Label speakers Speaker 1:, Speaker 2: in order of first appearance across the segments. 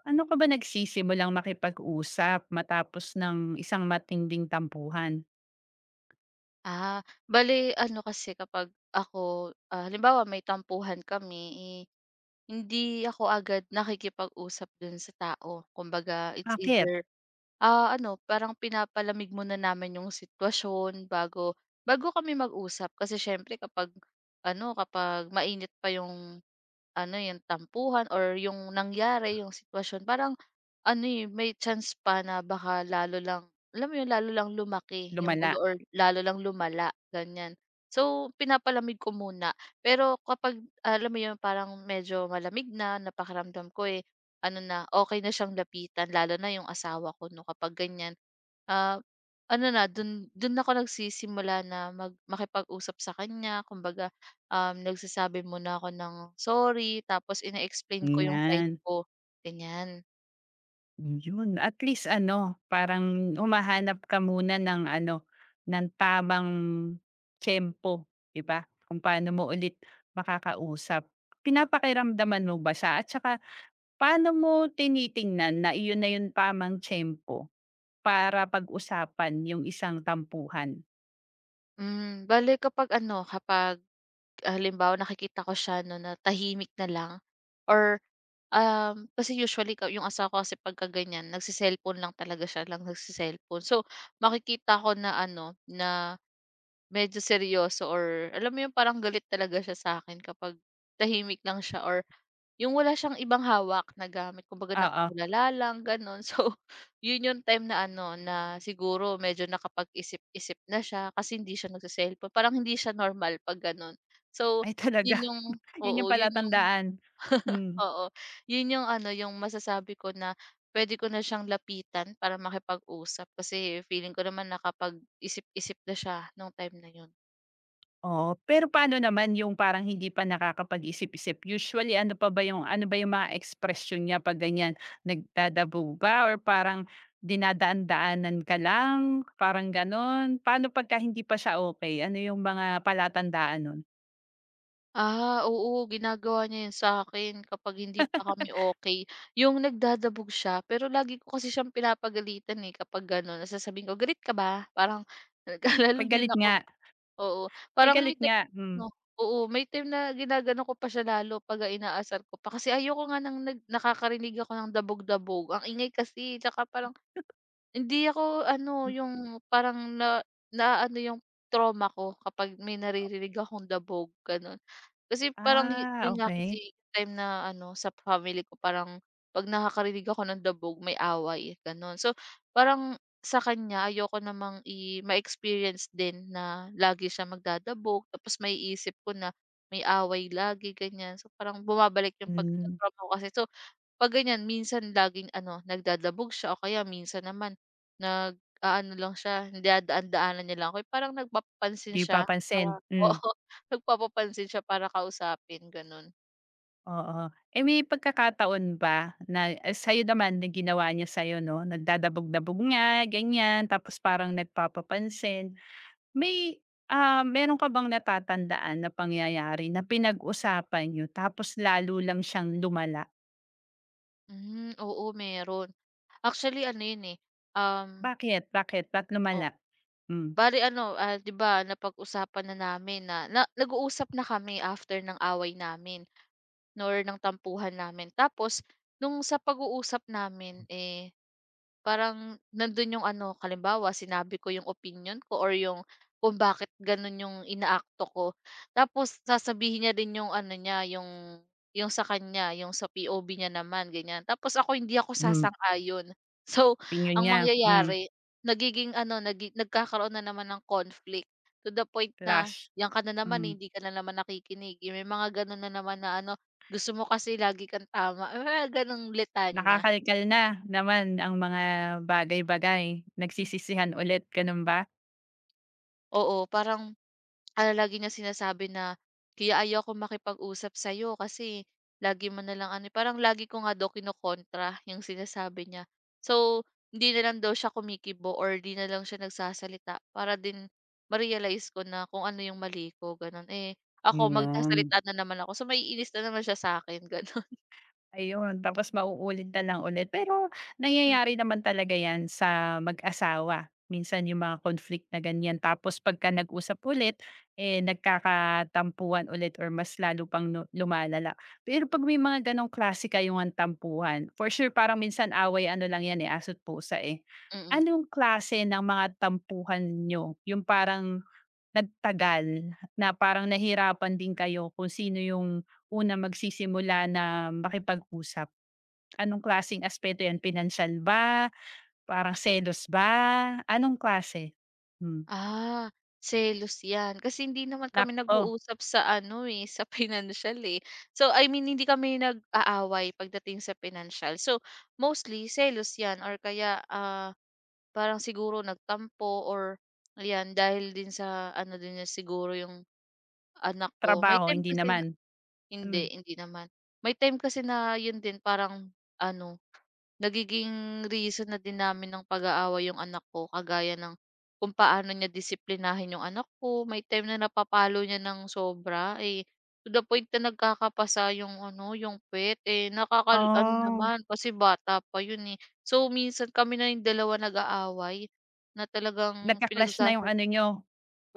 Speaker 1: Paano ka ba nagsisimulang makipag-usap matapos ng isang matinding tampuhan?
Speaker 2: Bale ano kasi kapag ako, halimbawa may tampuhan kami, eh, hindi ako agad nakikipag-usap dun sa tao. Kumbaga it's
Speaker 1: Bakit?
Speaker 2: either, ano parang pinapalamig muna namin yung sitwasyon bago bago kami mag-usap. Kasi siyempre kapag ano, kapag mainit pa yung ano, yung tampuhan or yung nangyari, yung sitwasyon parang ano, eh, may chance pa na baka lalo lang alam mo yun, lalo lang lumaki yung
Speaker 1: Lumala?
Speaker 2: gulo or lalo lang lumala, ganyan. So, pinapalamig ko muna. Pero kapag alam mo yun, parang medyo malamig na, napakiramdam ko eh, ano na, okay na siyang lapitan, lalo na yung asawa ko 'no, kapag ganyan. Ah, Ano na, dun dun ako nagsisimula na makipag-usap sa kanya. Kumbaga, nagsasabi muna ako ng sorry, tapos ine-explain ko yung side
Speaker 1: Yan,
Speaker 2: ko, ganyan.
Speaker 1: yun. At least ano, parang humahanap ka muna ng ano, ng tamang tiyempo, 'di ba? Kung paano mo ulit makakausap. Pinapakiramdaman mo ba siya? At saka paano mo tinitingnan na iyon na yung tamang tempo para pag-usapan yung isang tampuhan?
Speaker 2: Hmm, bale kapag ano, kapag halimbawa nakikita ko siya 'no, na tahimik na lang or, kasi usually ka yung asawa ko kasi pagka ganyan nagse lang talaga, siya lang nagse. So, makikita ko na ano, na medyo seryoso or alam mo yung parang galit talaga siya sa akin kapag tahimik lang siya or yung wala siyang ibang hawak na gamit, kumbaga
Speaker 1: Oo.
Speaker 2: nakatulala lang gano'n. So, yun yung time na ano na siguro medyo nakapag-isip-isip na siya kasi hindi siya nagse-cellphone, parang hindi siya normal 'pag gano'n. So,
Speaker 1: Ay talaga.
Speaker 2: yun yung,
Speaker 1: Yun
Speaker 2: oo,
Speaker 1: yung
Speaker 2: yun yung,
Speaker 1: palatandaan. Hmm,
Speaker 2: oo, yun yung ano, yung masasabi ko na pwede ko na siyang lapitan para makipag-usap kasi feeling ko naman nakapag-isip-isip na siya nung time na yun.
Speaker 1: oo. Pero paano naman yung parang hindi pa nakakapag-isip-isip? Usually ano pa ba yung ano ba yung mga ekspresyon niya 'pag ganyan? Nagdadabo ba or parang dinadaan-daanan ka lang, parang gano'n? Paano pagka hindi pa siya okey, ano yung mga palatandaan nun?
Speaker 2: Oo, ginagawa niya 'yan sa'kin kapag hindi pa kami okey. Yung nagdadabog siya, pero lagi ko kasi siyang pinapagalitan, eh, kapag gano'n. Sasabihin ko, "Galit ka ba?" Parang
Speaker 1: 'Pag
Speaker 2: nag-aalala din
Speaker 1: galit
Speaker 2: ako,
Speaker 1: nga,
Speaker 2: oo,
Speaker 1: "Ay
Speaker 2: parang may
Speaker 1: galit
Speaker 2: time
Speaker 1: nga." Hmm.
Speaker 2: 'no. Oo, may time na ginagano ko pa siya lalo pagka inaasar ko pa kasi ayoko nga ng nag nakakarinig ako ng dabog-dabog. Ang ingay kasi, tsaka parang hindi ako ano,
Speaker 1: Hmm,
Speaker 2: yung parang na naaano yung trauma ko kapag may naririnig akong dabog, gano'n. Kasi parang yu
Speaker 1: ah,
Speaker 2: yun nga
Speaker 1: okay.
Speaker 2: kasi time na ano, sa family ko parang 'pag nakakarinig ako ng dabog may away, gano'n. So, parang sa kanya ayoko namang i ma-experience din na lagi siya magdadabog tapos maiisip ko na may away lagi, ganyan. So, parang bumabalik yung
Speaker 1: Hmm,
Speaker 2: pagka-trauma ko kasi. So, 'pag ganyan minsan laging ano, nagdadabog siya o kaya minsan naman nag-aano lang siya, dinadaan-daanan niya lang ako, yung parang nagpapapansin
Speaker 1: 'di
Speaker 2: siya
Speaker 1: papansin.
Speaker 2: para, oo,
Speaker 1: Hmm.
Speaker 2: nagpapapansin siya para kausapin gano'n.
Speaker 1: Oo. Eh, may pagkakataon ba na ah, sa'yo naman na ginawa niya sa'yo 'no, nagdadabog-dabog nga, ganyan, tapos parang nagpapapansin. May, ah, meron ka bang natatandaan na pangyayari na pinag-usapan niyo tapos lalo lang siyang lumala?
Speaker 2: Hmm, oo, meron. Actually ano 'yun, eh, um,
Speaker 1: Bakit, ba't
Speaker 2: oh,
Speaker 1: lumala? Hmm,
Speaker 2: bale ano, 'di ba napag-usapan na namin na na nag-uusap na kami after ng away namin or ng tampuhan namin. Tapos nung sa pag-uusap namin, eh, parang nandun yung ano, halimbawa sinabi ko yung opinion ko or yung kung bakit ganun yung inaakto ko. Tapos sasabihin niya din yung ano niya, yung sa kanya, yung sa POV niya naman ganyan. Tapos ako hindi ako
Speaker 1: hmm,
Speaker 2: sasang-ayon. So,
Speaker 1: opinyon
Speaker 2: ang
Speaker 1: niya, hmm,
Speaker 2: mangyayari nagiging ano, nagi nagkakaroon na naman ng conflict to the point na
Speaker 1: clash,
Speaker 2: yan ka na naman,
Speaker 1: hmm.
Speaker 2: eh, hindi ka na naman nakikinig. Yung may mga ganun na naman na ano, gusto mo kasi lagi kang tama, yung mga ganung litanya.
Speaker 1: Nakakalkal na naman ang mga bagay-bagay, nagsisisihan ulit, gano'n ba?
Speaker 2: Oo, parang, lagi niya sinasabi na, "Kaya ayoko makipag-usap sa sa'yo kasi lagi mo na lang ano" eh." Parang lagi ko nga daw kinokontra yung sinasabi niya. So, hindi na lang daw siya kumikibo or 'di na lang siya nagsasalita para din ma-realize ko na kung ano yung mali ko, gano'n. Eh, ako
Speaker 1: Hmm,
Speaker 2: magsasalita na naman ako, so maiinis na naman siya sa akin gano'n.
Speaker 1: ayun, tapos mauulit na lang ulit. Pero
Speaker 2: Hmm,
Speaker 1: nangyayari naman talaga 'yan sa mag-asawa. Minsan yung mga conflict na ganyan tapos pagka nag-usap ulit, eh, nagkakatampuhan ulit or mas lalo pang nu lumalala. Pero 'pag may mga gano'ng klase kayong ang tampuhan, for sure parang minsan away ano lang 'yan, eh, aso't pusa, eh.
Speaker 2: mm.
Speaker 1: Anong klase ng mga tampuhan niyo, yung parang nagtagal na parang nahirapan din kayo kung sino yung unang magsisimula na makipag-usap? Anong klaseng aspeto yan, pinansyal ba, parang selos ba, anong klase? Hmm,
Speaker 2: Ah, Selos 'yan. Kasi hindi naman
Speaker 1: nap
Speaker 2: kami
Speaker 1: oh,
Speaker 2: nag-uusap sa ano, eh, sa pinansyal, eh. So, I mean hindi kami nag-aaway pagdating sa financial. So, mostly selos 'yan or kaya, parang siguro nagtampo or ayan, dahil din sa ano din niya siguro yung anak ko. May
Speaker 1: trabaho
Speaker 2: time
Speaker 1: hindi
Speaker 2: kasi na
Speaker 1: naman? Hmm,
Speaker 2: hindi, hindi naman. May time kasi na yun din parang ano nagiging reason na din namin ng pag-aaway yung anak ko, kagaya ng kung paano niya disiplinahin yung anak ko. May time na napapalo niya ng sobra, eh, to the point na nagkakapasa yung ano, yung pet. Eh, nakakal ano
Speaker 1: oh,
Speaker 2: naman kasi bata pa yun, eh. So minsan kami na yung dalawa nag-aaway na talagang
Speaker 1: nagka-clash na yung
Speaker 2: pinagsasa,
Speaker 1: ano niyo,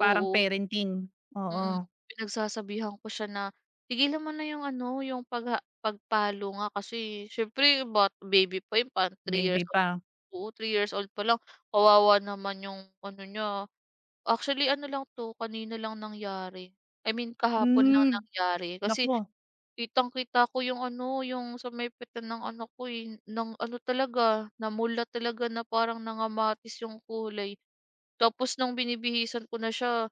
Speaker 1: parang parenting?
Speaker 2: Mm,
Speaker 1: Oo,
Speaker 2: pinagsasabihan ko siya na, "Tigilan mo na yung ano, yung pagha pagpalo nga kasi siyempre bat baby pa yun parang 3
Speaker 1: baby
Speaker 2: years old."
Speaker 1: pa.
Speaker 2: Oo, 3 years old pa lang, kawawa naman yung ano niya. Actually ano lang 'to, kanina lang nangyari. I mean kahapon lang
Speaker 1: Hmm,
Speaker 2: nangyari kasi
Speaker 1: naku,
Speaker 2: kitang-kita ko yung ano, yung sa may pitan ng ano ko, eh, ng ano talaga, namula talaga na parang nangamatis yung kulay. Tapos nung binibihisan ko na siya,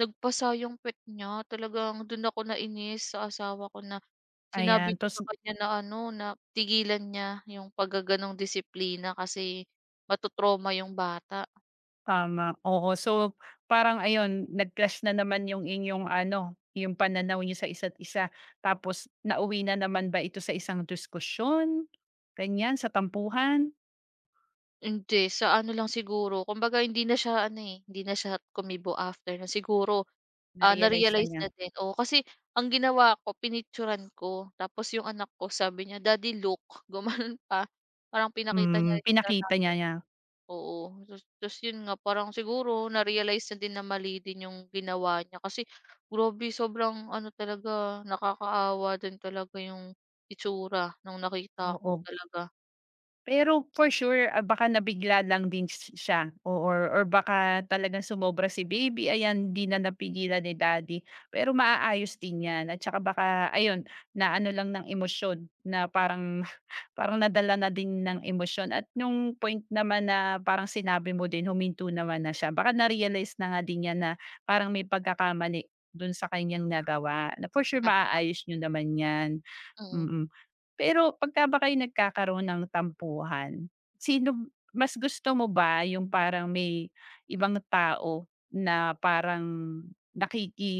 Speaker 2: nagpasa yung puwet niya. Talagang do'n ako nainis sa asawa ko na sinabi
Speaker 1: ayan
Speaker 2: ko
Speaker 1: ta's
Speaker 2: sa kanya na ano, na tigilan niya yung paggaganong disiplina kasi matu yung bata.
Speaker 1: tama, oo. So, parang ayun, nag-clash na naman yung inyong ano, yung pananaw niyo sa isa't isa. Tapos nauwi na naman ba ito sa isang diskusyon, ganyan, sa tampuhan?
Speaker 2: Hindi, sa ano lang siguro, kumbaga hindi na siya ano, eh, hindi na siya kumibo after na siguro,
Speaker 1: Na-realize na
Speaker 2: na-realize
Speaker 1: niya?
Speaker 2: na din, oo. Kasi ang ginawa ko, pinicturan ko tapos yung anak ko sabi niya, "Daddy, look." Gumanon pa. Parang pinakita niya
Speaker 1: Hmm,
Speaker 2: rin sa
Speaker 1: pinakita niya
Speaker 2: tatay.
Speaker 1: niya,
Speaker 2: Oo, ta's ta's yun nga parang siguro na-realize na din na mali din yung ginawa niya kasi grabe sobrang ano talaga, nakakaawa din talaga yung itsura nung nakita ko
Speaker 1: oo.
Speaker 2: talaga.
Speaker 1: Pero for sure, ah, baka nabigla lang din siya or baka talagang sumobra si baby, ayan, 'di na napigilan ni daddy. Pero maaayos din 'yan at saka baka ayun, na ano lang ng emosyon na parang parang nadala na din ng emosyon at nung point naman na parang sinabi mo din, huminto naman na siya. Baka na-realize na nga din niya na parang may pagkakamali dun sa kanyang nagawa na for sure
Speaker 2: Tap
Speaker 1: maaayos niyo naman 'yan,
Speaker 2: mm.
Speaker 1: mm. Pero pagka ba kayo nagkakaroon ng tampuhan, sino mas gusto mo ba yung parang may ibang tao na parang nakiki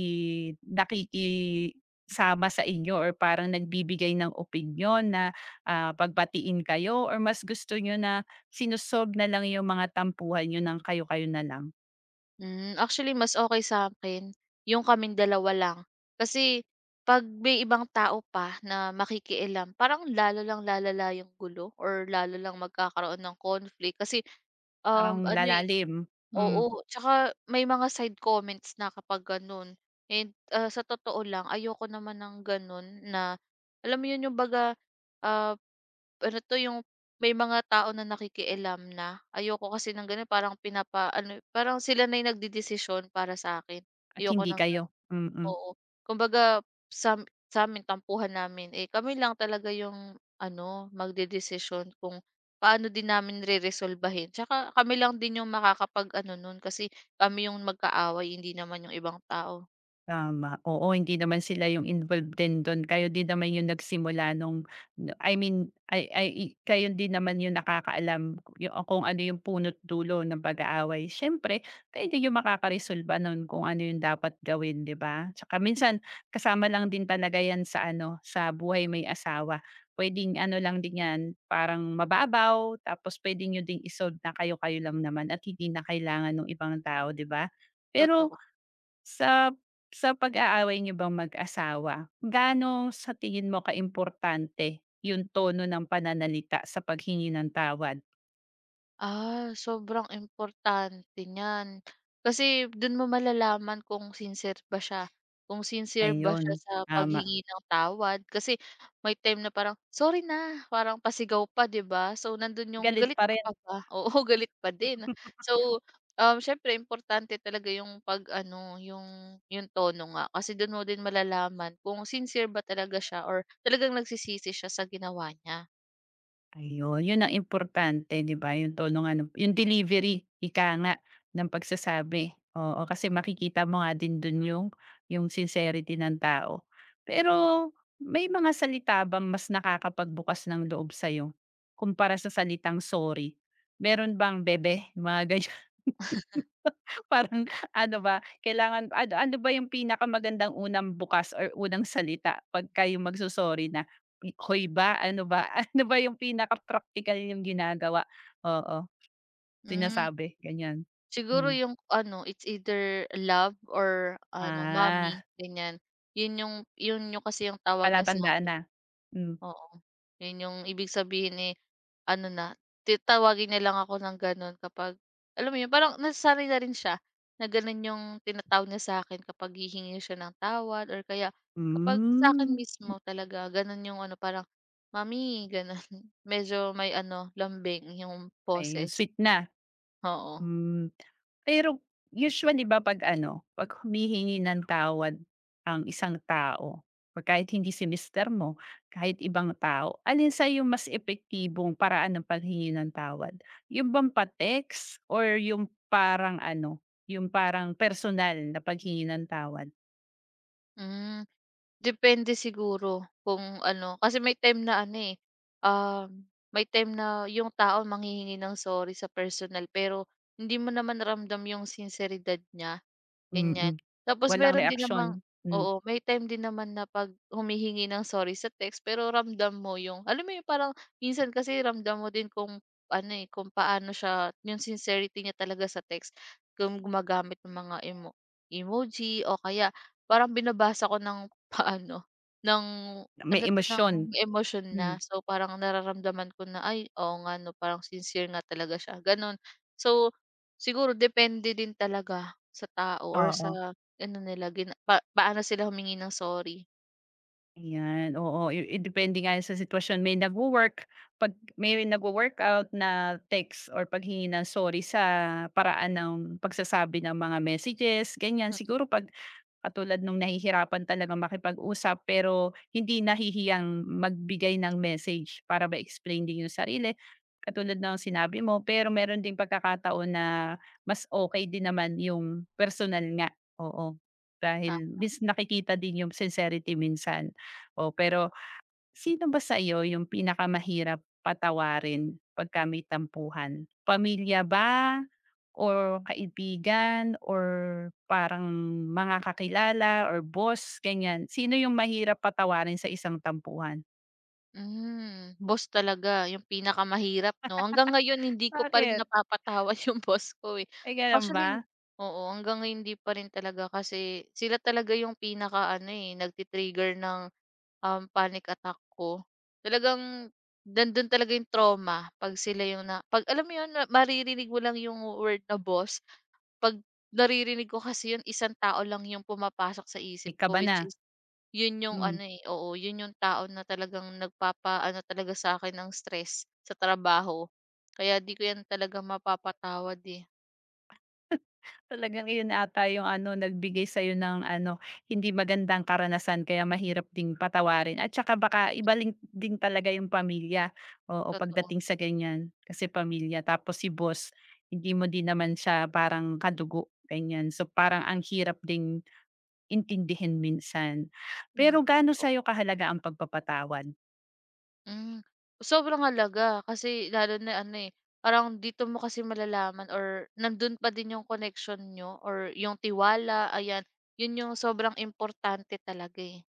Speaker 1: nakikisama sa inyo or parang nagbibigay ng opinyon na, ah, pagbatiin kayo or mas gusto niyo na sino na lang yung mga tampuhan niyo ng kayo-kayo na lang?
Speaker 2: Hmm, actually mas okay sa akin yung kaming dalawa lang. Kasi 'pag may ibang tao pa na makikialam parang lalo lang lalala yung gulo or lalo lang magkakaroon ng conflict kasi,
Speaker 1: Parang
Speaker 2: ano, eh,
Speaker 1: lalalim, hmm,
Speaker 2: oo, tsaka may mga side comments na kapag gano'n. And, sa totoo lang ayoko naman ng gano'n na alam mo 'yun yung baga, ah, ano 'to yung may mga tao na nakikialam na. Ayoko kasi ng gano'n parang pinapa ano parang sila na yung nagdedesisyon para sa akin.
Speaker 1: at
Speaker 2: Ayoko
Speaker 1: hindi
Speaker 2: ng gano'n.
Speaker 1: kayo? Mm.
Speaker 2: Oo, kumbaga sa sa'min tampuhan namin, eh, kami lang talaga yung ano, magdedesisyon kung paano din namin reresolbahin. Tsaka kami lang din yung makakapag-ano nun kasi kami yung magkaaway, hindi naman yung ibang tao,
Speaker 1: Tama, oo hindi naman sila yung involved din dun, kayo din naman yung nagsimula nung I mean, ay i kayo din naman yung nakakaalam yung kung ano yung punot dulo ng pag-aaway. Siyempre kayo din yung makakaresolba nun kung ano yung dapat gawin, 'di ba? Tsaka minsan kasama lang din talaga yan sa ano, sa buhay may asawa. Puwedeng ano lang din yan, parang mababaw tapos puwede niyo ding i na kayo-kayo lang naman at hindi na kailangan nung ibang tao, 'di ba? Pero
Speaker 2: totoo.
Speaker 1: sa sa pag-aaway niyo bang mag-asawa, gaano sa tingin mo kaimportante yung tono ng pananalita sa paghingi ng tawad?
Speaker 2: Sobrang importante niyan. Kasi dun mo malalaman kung sincere ba siya, kung sincere ba siya
Speaker 1: Ayun,
Speaker 2: sa
Speaker 1: tama.
Speaker 2: paghingi ng tawad. Kasi may time na parang, "Sorry na," parang pasigaw pa, 'di ba? So, nandun yung,
Speaker 1: Galit
Speaker 2: "Galit
Speaker 1: pa
Speaker 2: ka
Speaker 1: rin.
Speaker 2: pa ba?" Oo, galit pa din. So, siyempre importante talaga yung 'pag ano, yung tono nga. Kasi dun mo din malalaman kung sincere ba talaga siya or talagang nagsisisi siya sa ginawa niya.
Speaker 1: Ayun, yun ang importante 'di ba, yung tulungan ng- yung delivery, ika nga, ng pagsasabi. Oo, kasi makikita mo nga din dun yung sincerity ng tao. Pero may mga salita bang mas nakakapagbukas ng loob sa'yo kumpara sa salitang sorry? Meron bang, "Bebe," mga parang ano ba, kailangan ano ano ba yung pinakamagandang unang bukas or unang salita pagka yung magsusorry na? I "Hoy ba, ano ba?" Ano ba yung pinaka-praktikal niyong ginagawa? Oo,
Speaker 2: Hmm.
Speaker 1: sinasabi, ganyan?
Speaker 2: Siguro
Speaker 1: Hmm,
Speaker 2: yung ano, it's either love or ano,
Speaker 1: ah,
Speaker 2: mommy, ganyan. Yun yung kasi yung tawag niya sa
Speaker 1: palatandaan
Speaker 2: akin.
Speaker 1: na? Hmm,
Speaker 2: Oo. Yun yung ibig sabihin, eh, ano na, ti tawagin niya lang ako ng gano'n kapag alam mo yun, parang nasanay na rin siya na gano'n yung tinatawag niya sa akin kapag hihingi siya ng tawad or kaya kapag sa akin
Speaker 1: hmm,
Speaker 2: mismo talaga gano'n yung ano, parang, mami gano'n. Medyo may ano, lambing yung
Speaker 1: ayun,
Speaker 2: poses.
Speaker 1: sweet na.
Speaker 2: Oo.
Speaker 1: Hmm, pero usually ba 'pag ano, 'pag humihingi ng tawad ang isang tao or kahit hindi si mister mo, kahit ibang tao, alin sa yung mas epektibong paraan ng paghingi ng tawad? Yung bang pa-text or yung parang ano, yung parang personal na paghingi ng tawad?
Speaker 2: Hmm. Depende siguro kung ano, kasi may time na ano, eh, may time na yung tao manghihingi ng sorry sa personal pero hindi mo naman ramdam yung sinseridad niya.
Speaker 1: Mm,
Speaker 2: Ganyan.
Speaker 1: mm,
Speaker 2: Tapos
Speaker 1: walang
Speaker 2: meron din
Speaker 1: reaksyon,
Speaker 2: namang,
Speaker 1: mm,
Speaker 2: oo, may time din naman na 'pag humihingi ng sorry sa text pero ramdam mo yung alam mo yung parang minsan kasi ramdam mo din kung ano, eh, kung paano siya yung sincerity niya talaga sa text. Kung gumagamit ng mga emo emoji o kaya parang binabasa ko ng paano, ng
Speaker 1: may
Speaker 2: ano 'to, ng
Speaker 1: emosyon,
Speaker 2: emosyon
Speaker 1: mm.
Speaker 2: na. So, parang nararamdaman ko na, "Ay, oo nga 'no, parang sincere nga talaga siya." Gano'n. So, siguro depende din talaga sa tao or
Speaker 1: Oo.
Speaker 2: sa ano nila gina pa paano sila humingi ng sorry.
Speaker 1: Ayan, oo, i depende nga sa sitwasyon. May nagwo-work 'pag may nagwo-workout na text or paghingi ng sorry sa paraan ng pagsasabi ng mga messages, ganyan.
Speaker 2: Mm,
Speaker 1: Siguro 'pag katulad nung nahihirapan talaga makipag-usap pero hindi nahihiyang magbigay ng message para ma-explain din yung sarili, katulad ng sinabi mo. Pero meron ding pagkakataon na mas okay din naman yung personal nga, oo.
Speaker 2: ta
Speaker 1: Dahil bis nakikita din yung sincerity minsan, oh, pero sino ba sa iyo yung pinakamahirap patawarin pagka may tampuhan? Pamilya ba or kaibigan or parang mga kakilala or boss, ganyan? Sino yung mahirap patawarin sa isang tampuhan?
Speaker 2: hmm, boss talaga yung pinakamahirap 'no? Hanggang ngayon hindi ko pa rin
Speaker 1: "Bakit?
Speaker 2: napapatawad yung boss ko, eh.
Speaker 1: Ay, gano'n ba?
Speaker 2: Actually oo, hanggang ngayon hindi pa rin talaga kasi sila talaga yung pinakaano, eh, nagti-trigger ng, panic attack ko. Talagang nandun talaga yung trauma 'pag sila yung na 'pag alam mo yun na maririnig mo lang yung word na boss. 'Pag naririnig ko kasi 'yun, isang tao lang 'yung pumapasok sa isip
Speaker 1: May ka
Speaker 2: ko,
Speaker 1: ba na?"
Speaker 2: which is 'yun 'yung
Speaker 1: Hmm.
Speaker 2: ano, eh, oo, 'yun 'yung tao na talagang nagpapa ano talaga sa akin ng stress sa trabaho. Kaya 'di ko 'yan talaga mapapatawad, eh,
Speaker 1: Talagang iyon ata yung ano, nagbigay sa'yo ng ano, hindi magandang karanasan kaya mahirap ding patawarin at saka baka ibaling lin din talaga yung pamilya, oo,
Speaker 2: totoo.
Speaker 1: pagdating sa ganyan. Kasi pamilya tapos si boss, hindi mo din naman siya parang kadugo, ganyan. So, parang ang hirap ding intindihin minsan. Pero
Speaker 2: Hmm,
Speaker 1: gaano
Speaker 2: op
Speaker 1: sa'yo kahalaga ang pagpapatawad?
Speaker 2: hmm. Sobrang halaga kasi lalo na ano, eh, parang dito mo kasi malalaman or nandun pa din 'yung connection niyo or 'yung tiwala, ayan. 'Yun 'yung sobrang importante talaga, eh.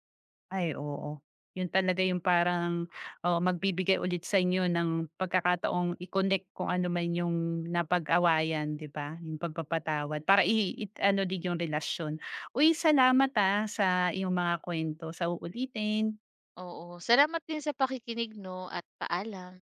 Speaker 1: Ay, oo. Yun talaga yung parang, oo, magbibigay ulit sa inyo ng pagkakataong i-connect kung ano man yung napag-awayan, 'di ba? Yung pagpapatawad para i it ano din yung relasyon. Uy, salamat, ah, sa iyong mga kuwento. Sa uulitin.
Speaker 2: Oo, salamat din sa pakikinig 'no at paalam.